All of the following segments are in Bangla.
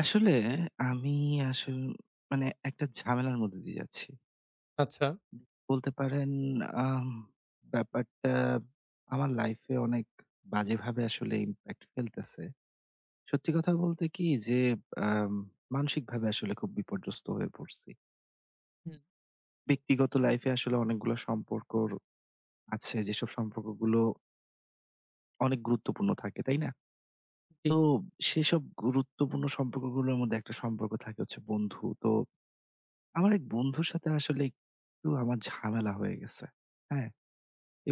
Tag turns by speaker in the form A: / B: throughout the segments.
A: আসলে আমি আসল মানে একটা ঝামেলার মধ্যে দিয়ে যাচ্ছি।
B: আচ্ছা।
A: বলতে পারেন, আম ব্যাপারটা আমার লাইফে অনেক বাজেভাবে আসলে ইমপ্যাক্ট ফেলতেছে। সত্যি কথা বলতে কি যে আম মানসিকভাবে আসলে খুব বিপর্যস্ত হয়ে পড়ছি।
B: হুম,
A: ব্যক্তিগত লাইফে আসলে অনেকগুলো সম্পর্কর আছে, যেসব সম্পর্কগুলো অনেক গুরুত্বপূর্ণ থাকে, তাই না?
B: জি।
A: তো সেসব গুরুত্বপূর্ণ সম্পর্কগুলোর মধ্যে একটা সম্পর্ক থাকে হচ্ছে বন্ধু। তো আমার এক বন্ধুর সাথে আসলে একটু আমার ঝামেলা হয়ে গেছে। হ্যাঁ?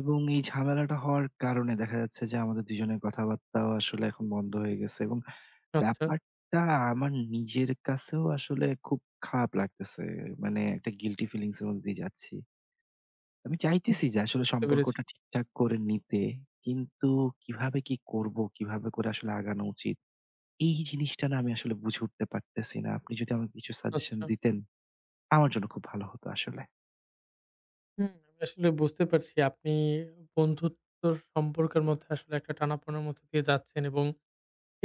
A: এবং এই ঝামেলাটা হওয়ার কারণে দেখা যাচ্ছে যে আমাদের দুজনের কথাবার্তাও আসলে এখন বন্ধ হয়ে গেছে, এবং
B: আচ্ছা।
A: ব্যাপারটা আমার নিজের কাছেও আসলে খুব খারাপ লাগতেছে। মানে একটা গিল্টি ফিলিংস এর মধ্যে দিয়ে যাচ্ছি। আমি
B: হুম।
A: চাইতেছি যে আসলে
B: বুঝতে পেরেছি।
A: সম্পর্কটা ঠিকঠাক করে নিতে। কিন্তু কিভাবে কি করব? কিভাবে করে আসলে আগানো উচিত? এই জিনিসটা না আমি আসলে বুঝে উঠতে পারতেছি না। আপনি যদি আমাকে কিছু সাজেশন
B: আচ্ছা।
A: দিতেন, আমার জন্য খুব ভালো হতো আসলে।
B: হুম। আমি আসলে বুঝতে পারছি আপনি বন্ধুত্বর সম্পর্কের মধ্যে আসলে একটা টানাপোনার মধ্য দিয়ে যাচ্ছেন এবং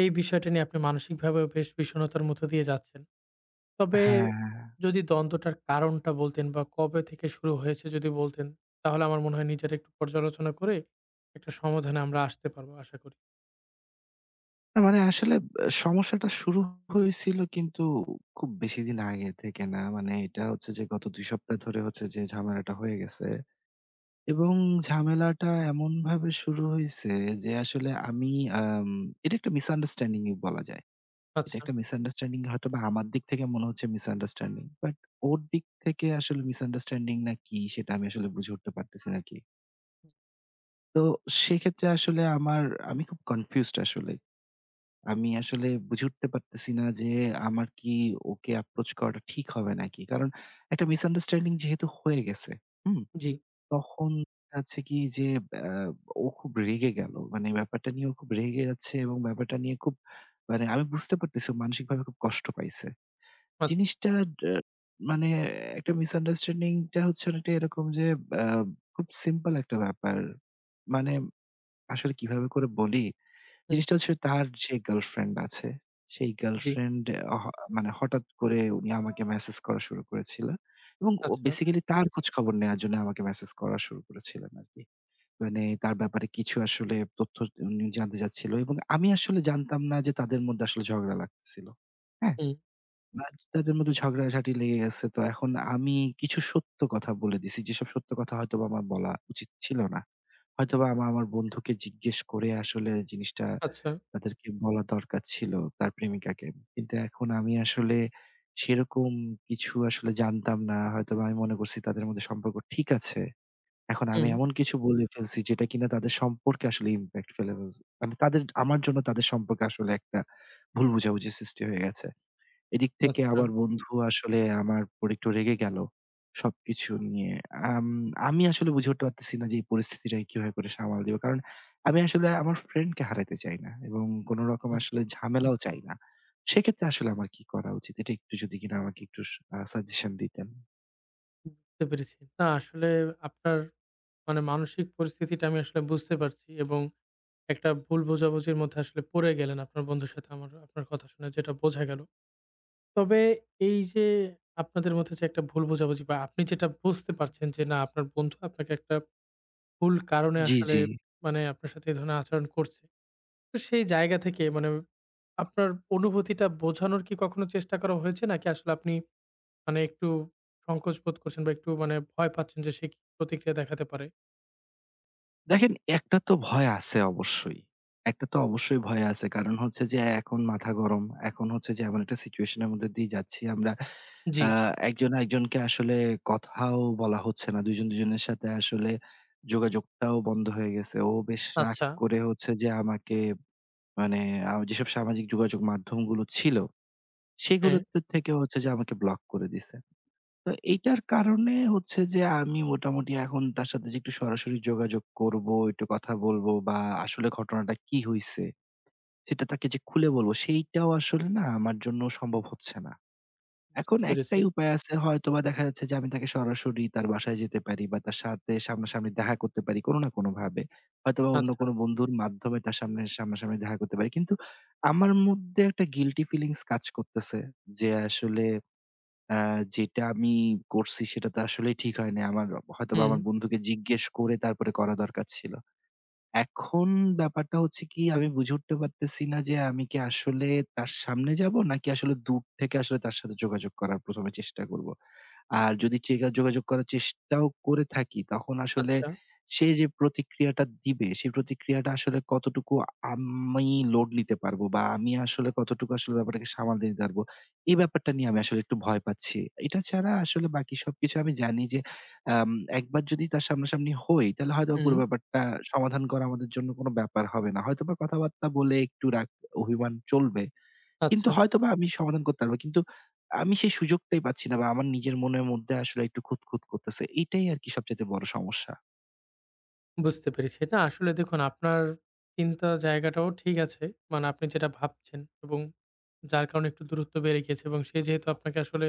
B: এই বিষয়টা নিয়ে আপনি মানসিকভাবেও বেশ বিষণ্ণতার মধ্য দিয়ে যাচ্ছেন। তবে
A: হ্যাঁ,
B: যদি দ্বন্দ্বটার কারণটা বলতেন বা কবে থেকে শুরু হয়েছে যদি বলতেন, তাহলে আমার মনে হয় নিজেরা একটু পর্যালোচনা করে একটা সমাধানে আমরা আসতে পারবো আশা করি।
A: না মানে আসলে সমস্যাটা শুরু হয়েছিল, কিন্তু খুব বেশিদিন আগে থেকে না। মানে এটা হচ্ছে যে গত ২ সপ্তাহ ধরে হচ্ছে যে ঝামেলাটা হয়ে গেছে। এবং ঝামেলাটা এমনভাবে শুরু হইছে যে আসলে আমি আম এটা একটা মিসআন্ডারস্ট্যান্ডিং ই বলা যায়। এটা
B: আচ্ছা।
A: একটা মিসআন্ডারস্ট্যান্ডিং, হয়তোবা আমার দিক থেকে মনে হচ্ছে মিসআন্ডারস্ট্যান্ডিং। বাট ওর দিক থেকে আসলে মিসআন্ডারস্ট্যান্ডিং না কি, সেটা আমি আসলে বুঝে উঠতে পারতেছি না আরকি। তো সেক্ষেত্রে আসলে আমি খুব কনফিউজড আসলে। আমি আসলে বুঝে উঠতে পারতেছি না যে আমার কি ওকে অ্যাপ্রোচ করাটা ঠিক হবে নাকি? কারণ একটা মিসআন্ডারস্ট্যান্ডিং যেহেতু হয়ে গেছে, হুম?
B: জি।
A: তখন হচ্ছে কি যে আ ও খুব রেগে গেল। মানে ব্যাপারটা নিয়ে ও খুব রেগে যাচ্ছে এবং ব্যাপারটা নিয়ে খুব মানে আমি বুঝতে পারতেছি ও মানসিকভাবে খুব কষ্ট পাইছে।
B: আচ্ছা।
A: জিনিসটা ডা মানে একটা মিসআন্ডারস্ট্যান্ডিং টা হচ্ছে অনেকটা এরকম যে আ খুব সিম্পল একটা ব্যাপার। মানে আসলে কিভাবে করে বলি?
B: হুম।
A: জিনিসটা হচ্ছে তার যে গার্লফ্রেন্ড আছে, সেই
B: জি।
A: গার্লফ্রেন্ড অহ মানে হঠাৎ করে উনি আমাকে মেসেজ করা শুরু করেছিল। এবং ও
B: আচ্ছা।
A: বেসিক্যালি তার খোঁজখবর নেয়ার জন্য আমাকে মেসেজ করা শুরু করেছিলেন আরকি। মানে তার ব্যাপারে কিছু আসলে তথ্য উনি জানতে চাচ্ছিল, এবং আমি আসলে জানতাম না যে তাদের মধ্যে আসলে ঝগড়া লাগতেছিল। হ্যাঁ?
B: হুম।
A: বাট তাদের মধ্যে ঝগড়াঝাটি লেগে গেছে। তো এখন আমি কিছু সত্য কথা বলে দিছি। যেসব সত্য কথা হয়তোবা আমার বলা উচিত ছিল না। হয়তোবা আমার বন্ধুকে জিজ্ঞেস করে আসলে জিনিসটা
B: আচ্ছা।
A: তাদেরকে বলা দরকার ছিল, তার প্রেমিকাকে। কিন্তু এখন আমি আসলে সেরকম কিছু আসলে জানতাম না। হয়তোবা আমি মনে করছি তাদের মধ্যে সম্পর্ক ঠিক আছে। এখন আমি
B: হুম।
A: এমন কিছু বলে ফেলছি যেটা কিনা তাদের সম্পর্কে আসলে ইমপ্যাক্ট ফেলে ফেলছে। মানে তাদের, আমার জন্য তাদের সম্পর্কে আসলে একটা ভুল বোঝাবুঝি সৃষ্টি হয়ে গেছে। এদিক থেকে
B: আচ্ছা।
A: আমার বন্ধু আসলে আমার উপর একটু রেগে গেল সবকিছু নিয়ে। আম আমি আসলে বুঝে উঠতে পারতেছি না যে এই পরিস্থিতিটাকে কিভাবে করে সামাল দিব। কারণ আমি আসলে আমার ফ্রেন্ডকে হারাতে চাই না, এবং কোন রকম
B: হুম।
A: আসলে ঝামেলাও চাই না। সেক্ষেত্রে আসলে আমার কি করা উচিত? এটা একটু যদি কিনা আমাকে একটু স আ সাজেশন দিতেন।
B: বুঝতে পেরেছি। না আসলে আপনার মানে মানসিক পরিস্থিতিটা আমি আসলে বুঝতে পারছি এবং একটা ভুল বোঝাবুঝির মধ্যে আসলে পড়ে গেলেন আপনার বন্ধুর সাথে আমার আপনার কথা শুনে যেটা বোঝা গেল। তবে এই যে আপনাদের মধ্যে যে একটা ভুল বোঝাবুঝি বা আপনি যেটা বুঝতে পারছেন যে না আপনার বন্ধু আপনাকে একটা ভুল কারণে
A: জি,
B: আসলে
A: জি।
B: মানে আপনার সাথে এ ধরনের আচরণ করছে। তো সেই জায়গা থেকে মানে আপনার অনুভূতিটা বোঝানোর কি কখনো চেষ্টা করা হয়েছে নাকি আসলে আপনি মানে একটু সংকোচ বোধ করছেন বা একটু মানে ভয় পাচ্ছেন যে সে কি প্রতিক্রিয়া দেখাতে পারে।
A: দেখেন, একটা তো ভয় আছে অবশ্যই। একটা তো অবশ্যই ভয় আছে। কারণ হচ্ছে যে এখন মাথা গরম। এখন হচ্ছে যে এমন একটা সিচুয়েশন এর মধ্যে দিয়ে যাচ্ছি আমরা।
B: জি,
A: আ একজন আরেকজনকে আসলে কথাও বলা হচ্ছে না। দুজন দুজনের সাথে আসলে যোগাযোগটাও বন্ধ হয়ে গেছে। ও বেশ রাগ
B: আচ্ছা।
A: করে হচ্ছে যে আমাকে মানে যেসব সামাজিক যোগাযোগ মাধ্যমগুলো ছিল,
B: হ্যাঁ,
A: সেগুলোতে থেকে হচ্ছে যে আমাকে ব্লক করে দিছে। তো এইটার কারণে হচ্ছে যে আমি মোটামুটি এখন তার সাথে যে একটু সরাসরি যোগাযোগ করব, একটু কথা বলবো, বা আসলে ঘটনাটা কি হইছে সেটা তাকে যে খুলে বলবো, সেইটাও আসলে না আমার জন্য সম্ভব হচ্ছে না। এখন
B: বুঝতে পেরেছি।
A: একটাই উপায় আছে, হয়তোবা দেখা যাচ্ছে যে আমি তাকে সরাসরি তার বাসায় যেতে পারি বা তার সাথে সামনাসামনি দেখা করতে পারি কোনো না কোনোভাবে। হয়তোবা অন্য
B: আচ্ছা।
A: কোনো বন্ধুর মাধ্যমে তার সামনে সামনাসামনি দেখা করতে পারি। কিন্তু আমার মধ্যে একটা গিল্টি ফিলিংস কাজ করতেছে যে আসলে আ যেটা আমি করছি সেটা তো আসলেই ঠিক হয় নাই। আমার, হয়তোবা
B: হুম,
A: আমার বন্ধুকে জিজ্ঞেস করে তারপরে করা দরকার ছিল। এখন ব্যাপারটা হচ্ছে কি, আমি বুঝে উঠতে পারতেছি না যে আমি কি আসলে তার সামনে যাবো নাকি আসলে দূর থেকে আসলে তার সাথে যোগাযোগ করার ১ম এ চেষ্টা করব। আর যদি যোগাযোগ করার চেষ্টাও করে থাকি, তখন আসলে
B: আচ্ছা।
A: সে যে প্রতিক্রিয়াটা দিবে, সেই প্রতিক্রিয়াটা আসলে কতটুকু আমি লোড নিতে পারবো বা আমি আসলে কতটুকু আসলে ব্যাপারটাকে সামাল দিতে পারবো, এই ব্যাপারটা নিয়ে আমি আসলে একটু ভয় পাচ্ছি। এটা ছাড়া আসলে বাকি সবকিছু আমি জানি যে আম একবার যদি তার সামনাসামনি হই, তাহলে হয়তোবা পুরো
B: হুম,
A: ব্যাপারটা সমাধান করা আমাদের জন্য কোনো ব্যাপার হবে না। হয়তোবা কথাবার্তা বলে একটু রাগ অভিমান চলবে। কিন্তু
B: আচ্ছা।
A: হয়তোবা আমি সমাধান করতে পারবো। কিন্তু আমি সেই সুযোগটাই পাচ্ছি না, বা আমার নিজের মনের মধ্যে আসলে একটু খুঁতখুঁত করতেছে। এটাই আরকি সবচাইতে বড় সমস্যা।
B: বুঝতে পেরেছি। না আসলে দেখুন আপনার চিন্তা জায়গাটাও ঠিক আছে। মানে আপনি যেটা ভাবছেন এবং যার কারণে একটু দূরত্ব বেড়ে গিয়েছে এবং সে যেহেতু আপনাকে আসলে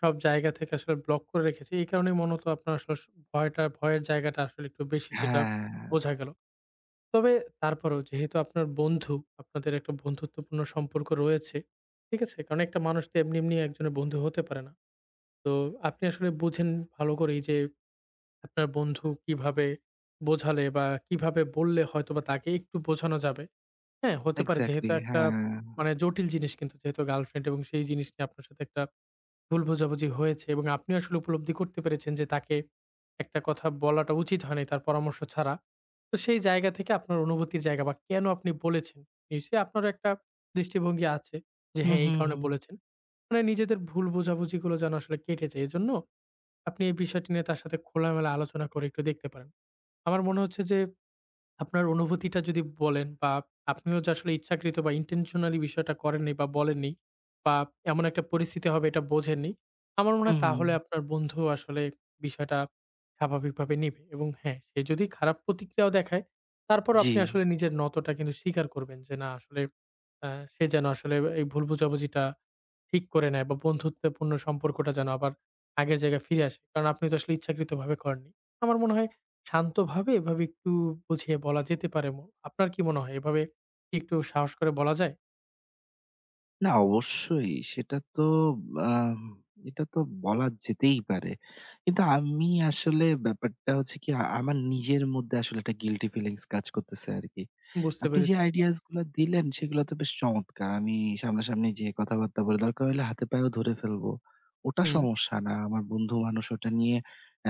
B: সব জায়গা থেকে আসলে ব্লক করে রেখেছে এই কারণেই মূলত আপনার আসলে ভয়টা ভয়ের জায়গাটা আসলে একটু বেশি যেটা
A: হ্যাঁ,
B: বোঝা গেল। তবে তারপরেও যেহেতু আপনার বন্ধু, আপনাদের একটা বন্ধুত্বপূর্ণ সম্পর্ক রয়েছে। ঠিক আছে? কারণ একটা মানুষ তো এমনি, এমনি একজনের বন্ধু হতে পারে না। তো আপনি আসলে বুঝেন ভালো করেই যে আপনার বন্ধু কিভাবে বোঝালে বা কিভাবে বললে হয়তোবা তাকে একটু বোঝানো যাবে। হ্যাঁ, হতে পারে
A: এক্সাক্টলি
B: যেহেতু জি। একটা
A: হ্যাঁ।
B: মানে জটিল জিনিস কিন্তু যেহেতু গার্লফ্রেন্ড এবং সেই জিনিস নিয়ে আপনার সাথে একটা ভুল বোঝাবুঝি হয়েছে এবং আপনি আসলে উপলব্ধি করতে পেরেছেন যে তাকে একটা কথা বলাটা উচিত হয়নি তার পরামর্শ ছাড়া। তো সেই জায়গা থেকে আপনার অনুভূতির জায়গা বা কেন আপনি বলেছেন, নিশ্চয়ই আপনারও একটা দৃষ্টিভঙ্গি আছে যে
A: হুম,
B: হ্যাঁ, এই
A: হুম,
B: কারণে
A: হুম।
B: বলেছেন। মানে নিজেদের ভুল বোঝাবুঝিগুলো যেন আসলে কেটে যায়। এজন্য আপনি এই বিষয়টি নিয়ে তার সাথে খোলামেলা আলোচনা করে একটু দেখতে পারেন। আমার মনে হচ্ছে যে আপনার অনুভূতিটা যদি বলেন বা আপনিও যে আসলে ইচ্ছাকৃত বা intentionally বিষয়টা করেননি বা বলেননি বা এমন একটা পরিস্থিতি হবে এটা বোঝেননি। আমার মনে
A: হুম,
B: হয়
A: হুম।
B: তাহলে আপনার বন্ধু আসলে বিষয়টা স্বাভাবিকভাবে নিবে এবং হ্যাঁ, সে যদি খারাপ প্রতিক্রিয়াও দেখায়, তারপরও
A: জি।
B: আপনি আসলে নিজের নত টা কিন্তু স্বীকার করবেন যে না আসলে আ সে যেন আসলে এই ভুল বোঝাবুঝিটা ঠিক করে নেয় বা বন্ধুত্বপূর্ণ সম্পর্কটা যেন আবার আগের জায়গায় ফিরে আসে। কারণ আপনি তো আসলে ইচ্ছাকৃতভাবে করেননি। আমার মনে হয় শান্তভাবে এভাবে একটু বুঝিয়ে বলা যেতে পারে। আপনার কি মনে হয় এভাবে কি একটু সাহস করে বলা যায়?
A: না, অবশ্যই সেটা তো আম এটা তো বলা যেতেই পারে। কিন্তু আমি আসলে, ব্যাপারটা হচ্ছে কি, আমার নিজের মধ্যে আসলে একটা গিল্টি ফিলিংস কাজ করতেছে আরকি।
B: বুঝতে
A: আপনি যে
B: পেরেছি।
A: আইডিয়াস গুলা দিলেন সেগুলো তো বেশ চমৎকার। আমি সামনাসামনি যেয়ে কথাবার্তা বলে, দরকার হলে হাতে পায়েও ধরে ফেলবো। ওটা
B: হুম,
A: সমস্যা না। আমার বন্ধু মানুষ, ওটা নিয়ে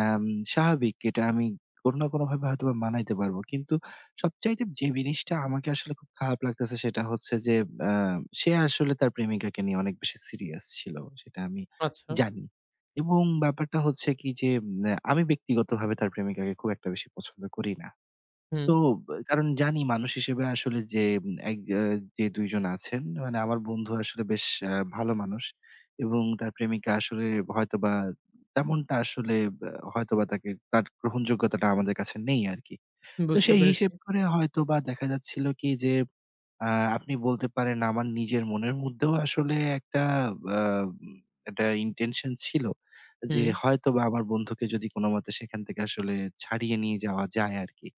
A: আম স্বাভাবিক। এটা আমি কোনো না কোনোভাবে হয়তোবা মানাইতে পারবো। কিন্তু সবচাইতে যে জিনিসটা আমাকে আসলে খুব খারাপ লাগতেছে সেটা হচ্ছে যে, আ সে আসলে তার প্রেমিকাকে নিয়ে অনেক বেশি সিরিয়াস ছিল। সেটা আমি
B: আচ্ছা।
A: জানি। এবং ব্যাপারটা হচ্ছে কি যে, আমি ব্যক্তিগতভাবে তার প্রেমিকাকে খুব একটা বেশি পছন্দ করি না।
B: হুম,
A: তো, বা কারণ জানি মানুষ হিসেবে আসলে যে এক আ যে ২ জন আছেন, মানে আমার বন্ধু আসলে বেশ ভালো মানুষ, এবং তার প্রেমিকা আসলে হয়তোবা তেমনটা আসলে, বা হয়তোবা তাকে, তার গ্রহণযোগ্যতাটা আমাদের কাছে নেই আরকি। তো
B: বুঝতে
A: সেই
B: পেরেছি।
A: হিসেব করে হয়তোবা দেখা যাচ্ছিল কি যে, আ আপনি বলতে পারেন আমার নিজের মনের মধ্যেও আসলে একটা, আ একটা ইনটেনশন ছিল, যে
B: হুম,
A: হয়তোবা আমার বন্ধুকে যদি কোনমতে সেখান থেকে আসলে ছাড়িয়ে নিয়ে যাওয়া যায় আরকি,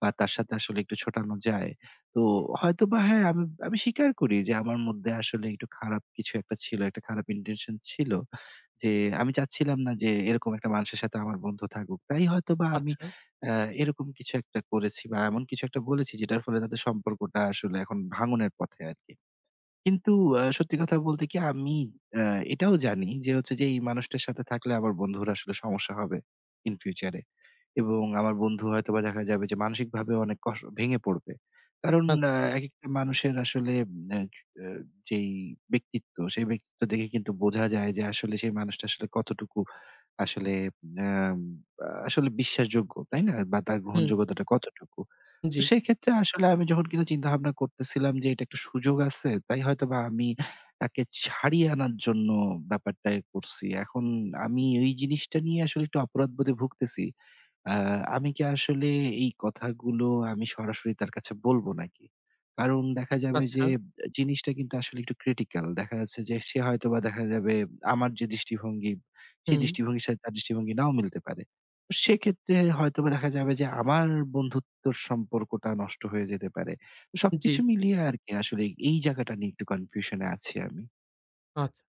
A: বা তার সাথে আসলে একটু ছোটানো যায়। তো হয়তোবা হ্যাঁ, আমি আমি স্বীকার করি যে আমার মধ্যে আসলে একটু খারাপ কিছু একটা ছিল, একটা খারাপ ইনটেনশন ছিল। যে আমি চাচ্ছিলাম না যে এরকম একটা মানুষের সাথে আমার বন্ধু থাকুক। তাই হয়তোবা আমি
B: আচ্ছা।
A: অ্যা এরকম কিছু একটা করেছি বা এমন কিছু একটা বলেছি যেটার ফলে তাদের সম্পর্কটা আসলে এখন ভাঙনের পথে আরকি। কিন্তু
B: হুম,
A: সত্যি কথা বলতে কি, আমি অ্যা এটাও জানি যে হচ্ছে যে এই মানুষটার সাথে থাকলে আমার বন্ধুর আসলে সমস্যা হবে ইন ফিউচার এ। এবং আমার বন্ধু হয়তোবা দেখা যাবে যে মানসিকভাবে অনেক ভেঙে পড়বে। কারণ
B: আ
A: একেকটা মানুষের আসলে অ্যা আ যেই ব্যক্তিত্ব, সেই ব্যক্তিত্ব দেখে কিন্তু বোঝা যায় যে আসলে সেই মানুষটা আসলে কতটুকু আসলে আসলে বিশ্বাসযোগ্য, তাই না? বা তার
B: হুম,
A: গ্রহণযোগ্যতাটা কতটুকু। তো
B: জি,
A: সেক্ষেত্রে আসলে আমি যখন কিনা চিন্তাভাবনা করতেছিলাম যে এটা একটা সুযোগ আছে, তাই হয়তোবা আমি তাকে ছাড়িয়ে আনার জন্য ব্যাপারটা করছি। এখন আমি ওই জিনিসটা নিয়ে আসলে একটু অপরাধবোধে ভুগতেছি। আ আমি কি আসলে এই কথাগুলো আমি সরাসরি তার কাছে বলব নাকি? কারণ দেখা যাবে যে
B: আচ্ছা।
A: জিনিসটা কিন্তু আসলে একটু ক্রিটিক্যাল। দেখা যাচ্ছে যে সে হয়তোবা দেখা যাবে আমার যে দৃষ্টিভঙ্গি, সেই
B: হুম,
A: দৃষ্টিভঙ্গির সাথে তার দৃষ্টিভঙ্গি নাও মিলতে পারে। তো সেক্ষেত্রে হয়তোবা দেখা যাবে যে আমার বন্ধুত্বর সম্পর্কটা নষ্ট হয়ে যেতে পারে। তো
B: জি,
A: সবকিছু মিলিয়ে আরকি আসলে এই জায়গাটা নিয়ে একটু কনফিউশন এ আছি আমি।
B: আচ্ছা।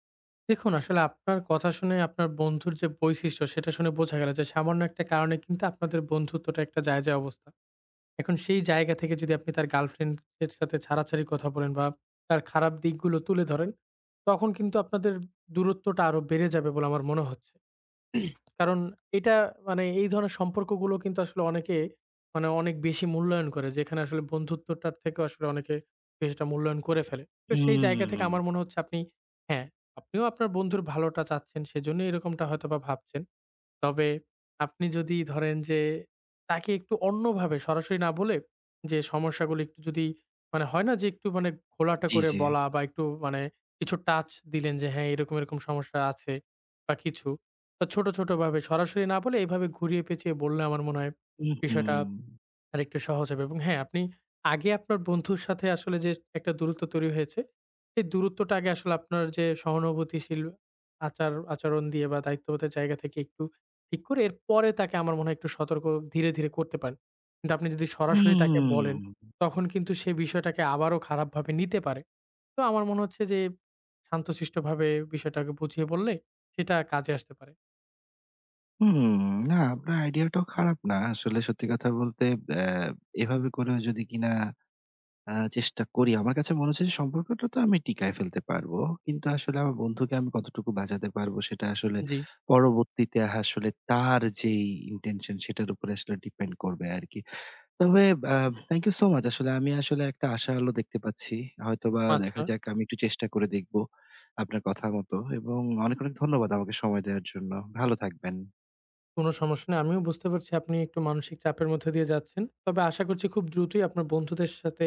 B: দেখুন আসলে আপনার কথা শুনে আপনার বন্ধুর যে বৈশিষ্ট্য সেটা শুনে বোঝা গেল যে সামান্য একটা কারণে কিন্তু আপনাদের বন্ধুত্বটা একটা যায়, যায় অবস্থা। এখন সেই জায়গা থেকে যদি আপনি তার গার্লফ্রেন্ড এর সাথে ছাড়াছাড়ির কথা বলেন বা তার খারাপ দিকগুলো তুলে ধরেন, তখন কিন্তু আপনাদের দূরত্বটা আরো বেড়ে যাবে বলে আমার মনে হচ্ছে। কারণ এটা মানে এই ধরনের সম্পর্কগুলো কিন্তু আসলে অনেকে মানে অনেক বেশি মূল্যায়ন করে। যেখানে আসলে বন্ধুত্বটার থেকেও আসলে অনেকে কিছুটা মূল্যায়ন করে ফেলে। তো সেই জায়গা থেকে
A: হুম,
B: আমার মনে হচ্ছে আপনি হ্যাঁ, আপনিও আপনার বন্ধুর ভালোটা চাচ্ছেন, সেজন্যই এরকমটা হয়তোবা ভাবছেন। তবে আপনি যদি ধরেন যে তাকে একটু অন্যভাবে সরাসরি না বলে যে সমস্যাগুলো একটু যদি মানে হয় না যে একটু মানে ঘোলাটে
A: জি,
B: করে
A: জি।
B: বলা বা একটু মানে কিছু টাচ দিলেন যে হ্যাঁ এরকম এরকম সমস্যা আছে বা কিছু তো ছোট ছোট ভাবে সরাসরি না বলে এইভাবে ঘুরিয়ে পেঁচিয়ে বললে আমার মনে হয়
A: হুম, হুম।
B: বিষয়টা আরেকটু সহজ হবে এবং হ্যাঁ, আপনি আগে আপনার বন্ধুর সাথে আসলে যে একটা দূরত্ব তৈরি হয়েছে, সেই দূরত্বটা আগে আসলে আপনার যে সহানুভূতিশীল আচার আচরণ দিয়ে বা দায়িত্ববোধের জায়গা থেকে একটু ঠিক করে এরপরে তাকে আমার মনে হয় একটু সতর্ক ধীরে, ধীরে করতে পারেন। কিন্তু আপনি যদি সরাসরি তাকে বলেন,
A: হুম।
B: তখন কিন্তু সে বিষয়টাকে আবারও খারাপভাবে নিতে পারে। তো আমার মনে হচ্ছে যে শান্তশিষ্টভাবে বিষয়টাকে বুঝিয়ে বললে সেটা কাজে আসতে পারে।
A: হুম, না, আপনার আইডিয়াটাও খারাপ না। আসলে সত্যি কথা বলতে, অ্যা এভাবে করেও যদি কিনা চেষ্টা করি, আমার কাছে মনে হচ্ছে যে সম্পর্কটা তো আমি টিকায় ফেলতে পারবো। কিন্তু আসলে আমার বন্ধুকে আমি কতটুকু বাঁচাতে পারবো সেটা আসলে
B: জি,
A: পরবর্তীতে আসলে তার যেই ইনটেনশন সেটার উপরে আসলে ডিপেন্ড করবে আরকি। তবে আ থ্যাংক ইউ সো মাচ। আসলে আমি আসলে একটা আশার আলো দেখতে পাচ্ছি। হয়তোবা দেখা
B: আচ্ছা।
A: যাক, আমি একটু চেষ্টা করে দেখবো আপনার কথা মতো, এবং অনেক, অনেক ধন্যবাদ আমাকে সময় দেওয়ার জন্য। ভালো থাকবেন।
B: কোনো সমস্যা নেই। আমিও বুঝতে পারছি আপনি একটু মানসিক চাপের মধ্যে দিয়ে যাচ্ছেন। তবে আশা করছি খুব দ্রুতই আপনার বন্ধুদের সাথে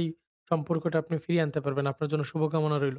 B: এই সম্পর্কটা আপনি ফিরিয়ে আনতে পারবেন। আপনার জন্য শুভকামনা রইল।